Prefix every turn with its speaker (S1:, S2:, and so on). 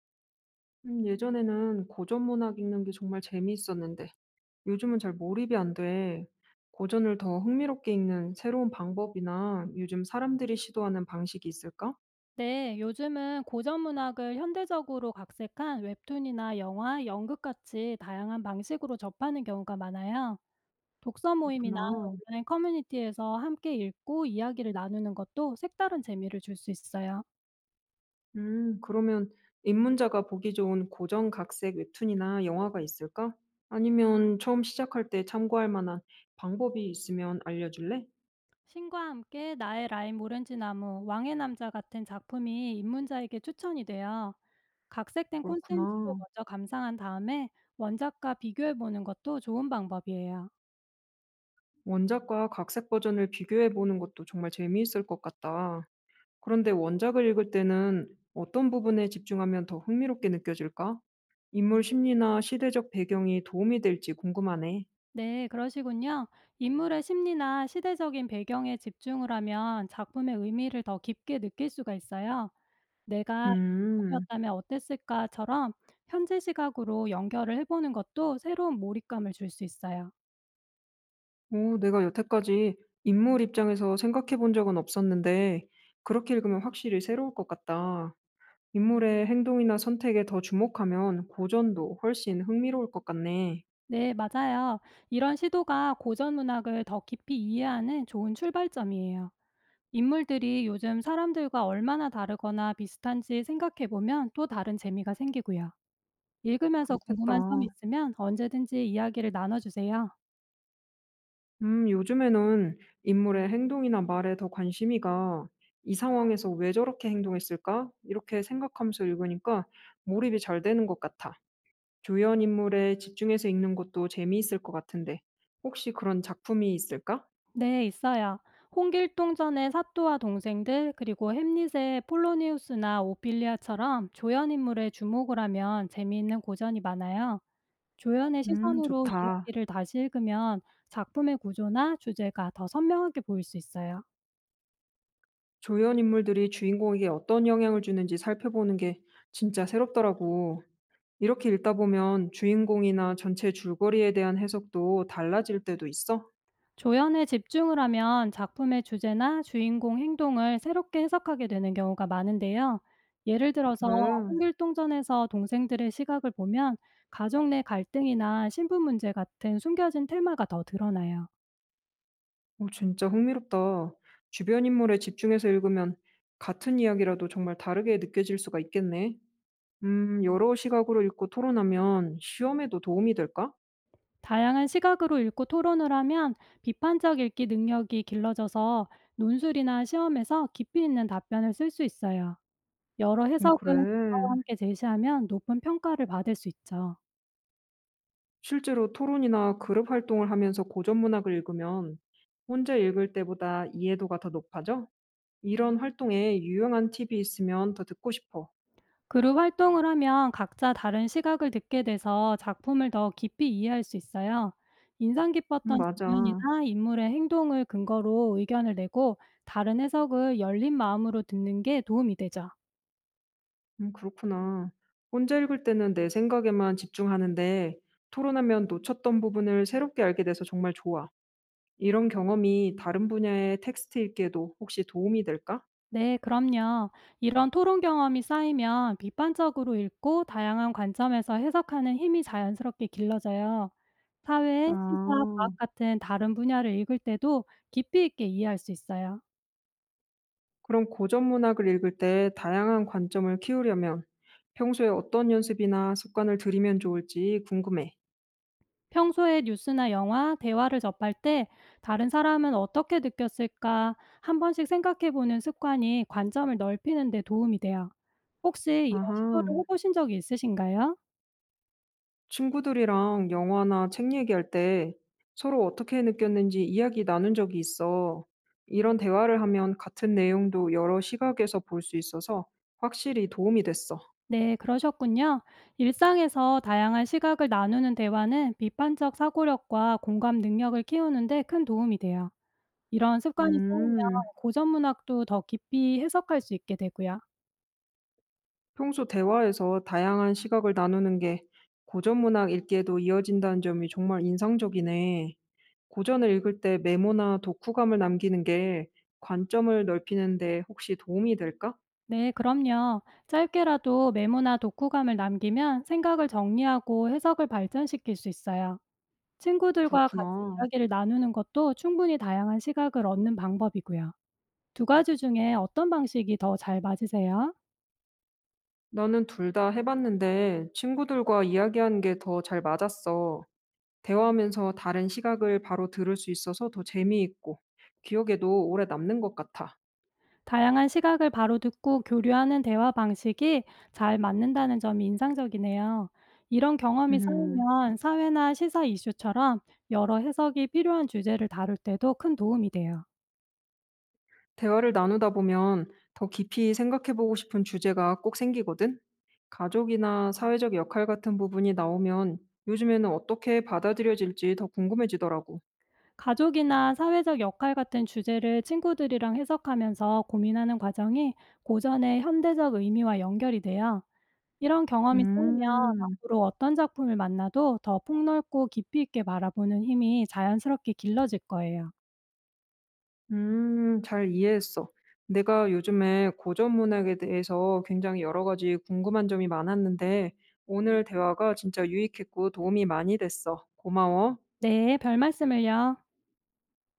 S1: 예전에는 고전 문학 읽는 게 정말 재미있었는데 요즘은 잘 몰입이 안 돼. 고전을 더 흥미롭게 읽는 새로운 방법이나 요즘 사람들이 시도하는 방식이 있을까?
S2: 네, 요즘은 고전 문학을 현대적으로 각색한 웹툰이나 영화, 연극 같이 다양한 방식으로 접하는 경우가 많아요. 독서 모임이나
S1: 그렇구나.
S2: 온라인 커뮤니티에서 함께 읽고 이야기를 나누는 것도 색다른 재미를 줄 수 있어요.
S1: 그러면 입문자가 보기 좋은 고전 각색 웹툰이나 영화가 있을까? 아니면 처음 시작할 때 참고할 만한 방법이 있으면 알려줄래?
S2: 신과 함께 나의 라임 오렌지 나무, 왕의 남자 같은 작품이 입문자에게 추천이 돼요. 각색된 콘텐츠로
S1: 그렇구나.
S2: 먼저 감상한 다음에 원작과 비교해 보는 것도 좋은 방법이에요.
S1: 원작과 각색 버전을 비교해 보는 것도 정말 재미있을 것 같다. 그런데 원작을 읽을 때는 어떤 부분에 집중하면 더 흥미롭게 느껴질까? 인물 심리나 시대적 배경이 도움이 될지 궁금하네.
S2: 네, 그러시군요. 인물의 심리나 시대적인 배경에 집중을 하면 작품의 의미를 더 깊게 느낄 수가 있어요. 내가 이
S1: 음,
S2: 인물이었다면 어땠을까처럼 현재 시각으로 연결을 해보는 것도 새로운 몰입감을 줄 수 있어요.
S1: 오, 내가 여태까지 인물 입장에서 생각해 본 적은 없었는데, 그렇게 읽으면 확실히 새로울 것 같다. 인물의 행동이나 선택에 더 주목하면 고전도 훨씬 흥미로울 것 같네.
S2: 네, 맞아요. 이런 시도가 고전 문학을 더 깊이 이해하는 좋은 출발점이에요. 인물들이 요즘 사람들과 얼마나 다르거나 비슷한지 생각해보면 또 다른 재미가 생기고요. 읽으면서
S1: 그렇겠다.
S2: 궁금한 점이 있으면 언제든지 이야기를 나눠주세요.
S1: 요즘에는 인물의 행동이나 말에 더 관심이 가. 이 상황에서 왜 저렇게 행동했을까? 이렇게 생각하면서 읽으니까 몰입이 잘 되는 것 같아. 조연 인물에 집중해서 읽는 것도 재미있을 것 같은데, 혹시 그런 작품이 있을까?
S2: 네, 있어요. 홍길동전의 사또와 동생들, 그리고 햄릿의 폴로니우스나 오피리아처럼 조연 인물에 주목을 하면 재미있는 고전이 많아요. 조연의 시선으로
S1: 좋다.
S2: 이야기를 다시 읽으면 작품의 구조나 주제가 더 선명하게 보일 수 있어요.
S1: 조연 인물들이 주인공에게 어떤 영향을 주는지 살펴보는 게 진짜 새롭더라고. 이렇게 읽다 보면 주인공이나 전체 줄거리에 대한 해석도 달라질 때도 있어?
S2: 조연에 집중을 하면 작품의 주제나 주인공 행동을 새롭게 해석하게 되는 경우가 많은데요. 예를 들어서
S1: 그래.
S2: 홍길동전에서 동생들의 시각을 보면 가족 내 갈등이나 신분 문제 같은 숨겨진 테마가 더 드러나요.
S1: 오 진짜 흥미롭다. 주변 인물에 집중해서 읽으면 같은 이야기라도 정말 다르게 느껴질 수가 있겠네. 여러 시각으로 읽고 토론하면 시험에도 도움이 될까?
S2: 다양한 시각으로 읽고 토론을 하면 비판적 읽기 능력이 길러져서 논술이나 시험에서 깊이 있는 답변을 쓸 수 있어요. 여러 해석은 그와
S1: 그래.
S2: 함께 제시하면 높은 평가를 받을 수 있죠.
S1: 실제로 토론이나 그룹 활동을 하면서 고전 문학을 읽으면 혼자 읽을 때보다 이해도가 더 높아져? 이런 활동에 유용한 팁이 있으면 더 듣고 싶어.
S2: 그룹 활동을 하면 각자 다른 시각을 듣게 돼서 작품을 더 깊이 이해할 수 있어요. 인상 깊었던
S1: 맞아.
S2: 장면이나 인물의 행동을 근거로 의견을 내고 다른 해석을 열린 마음으로 듣는 게 도움이 되죠.
S1: 그렇구나. 혼자 읽을 때는 내 생각에만 집중하는데 토론하면 놓쳤던 부분을 새롭게 알게 돼서 정말 좋아. 이런 경험이 다른 분야의 텍스트 읽기에도 혹시 도움이 될까?
S2: 네, 그럼요. 이런 토론 경험이 쌓이면 비판적으로 읽고 다양한 관점에서 해석하는 힘이 자연스럽게 길러져요. 사회, 시사,
S1: 아,
S2: 과학 같은 다른 분야를 읽을 때도 깊이 있게 이해할 수 있어요.
S1: 그럼 고전 문학을 읽을 때 다양한 관점을 키우려면 평소에 어떤 연습이나 습관을 들이면 좋을지 궁금해.
S2: 평소에 뉴스나 영화, 대화를 접할 때 다른 사람은 어떻게 느꼈을까 한 번씩 생각해 보는 습관이 관점을 넓히는 데 도움이 돼요. 혹시 이런 시도를
S1: 아하.
S2: 해보신 적이 있으신가요?
S1: 친구들이랑 영화나 책 얘기할 때 서로 어떻게 느꼈는지 이야기 나눈 적이 있어. 이런 대화를 하면 같은 내용도 여러 시각에서 볼 수 있어서 확실히 도움이 됐어.
S2: 네, 그러셨군요. 일상에서 다양한 시각을 나누는 대화는 비판적 사고력과 공감 능력을 키우는데 큰 도움이 돼요. 이런 습관이 쌓이면
S1: 음,
S2: 고전 문학도 더 깊이 해석할 수 있게 되고요.
S1: 평소 대화에서 다양한 시각을 나누는 게 고전 문학 읽기에도 이어진다는 점이 정말 인상적이네. 고전을 읽을 때 메모나 독후감을 남기는 게 관점을 넓히는데 혹시 도움이 될까?
S2: 네, 그럼요. 짧게라도 메모나 독후감을 남기면 생각을 정리하고 해석을 발전시킬 수 있어요. 친구들과 같이
S1: 그렇구나.
S2: 이야기를 나누는 것도 충분히 다양한 시각을 얻는 방법이고요. 2가지 중에 어떤 방식이 더 잘 맞으세요?
S1: 나는 둘 다 해 봤는데 친구들과 이야기하는 게 더 잘 맞았어. 대화하면서 다른 시각을 바로 들을 수 있어서 더 재미있고 기억에도 오래 남는 것 같아.
S2: 다양한 시각을 바로 듣고 교류하는 대화 방식이 잘 맞는다는 점이 인상적이네요. 이런 경험이
S1: 음.
S2: 쌓이면 사회나 시사 이슈처럼 여러 해석이 필요한 주제를 다룰 때도 큰 도움이 돼요.
S1: 대화를 나누다 보면 더 깊이 생각해 보고 싶은 주제가 꼭 생기거든. 가족이나 사회적 역할 같은 부분이 나오면 요즘에는 어떻게 받아들여질지 더 궁금해지더라고.
S2: 가족이나 사회적 역할 같은 주제를 친구들이랑 해석하면서 고민하는 과정이 고전의 현대적 의미와 연결이 돼요. 이런 경험이 쌓이면
S1: 음.
S2: 앞으로 어떤 작품을 만나도 더 폭넓고 깊이 있게 바라보는 힘이 자연스럽게 길러질 거예요.
S1: 잘 이해했어. 내가 요즘에 고전 문학에 대해서 굉장히 여러 가지 궁금한 점이 많았는데, 오늘 대화가 진짜 유익했고 도움이 많이 됐어. 고마워.
S2: 네, 별 말씀을요.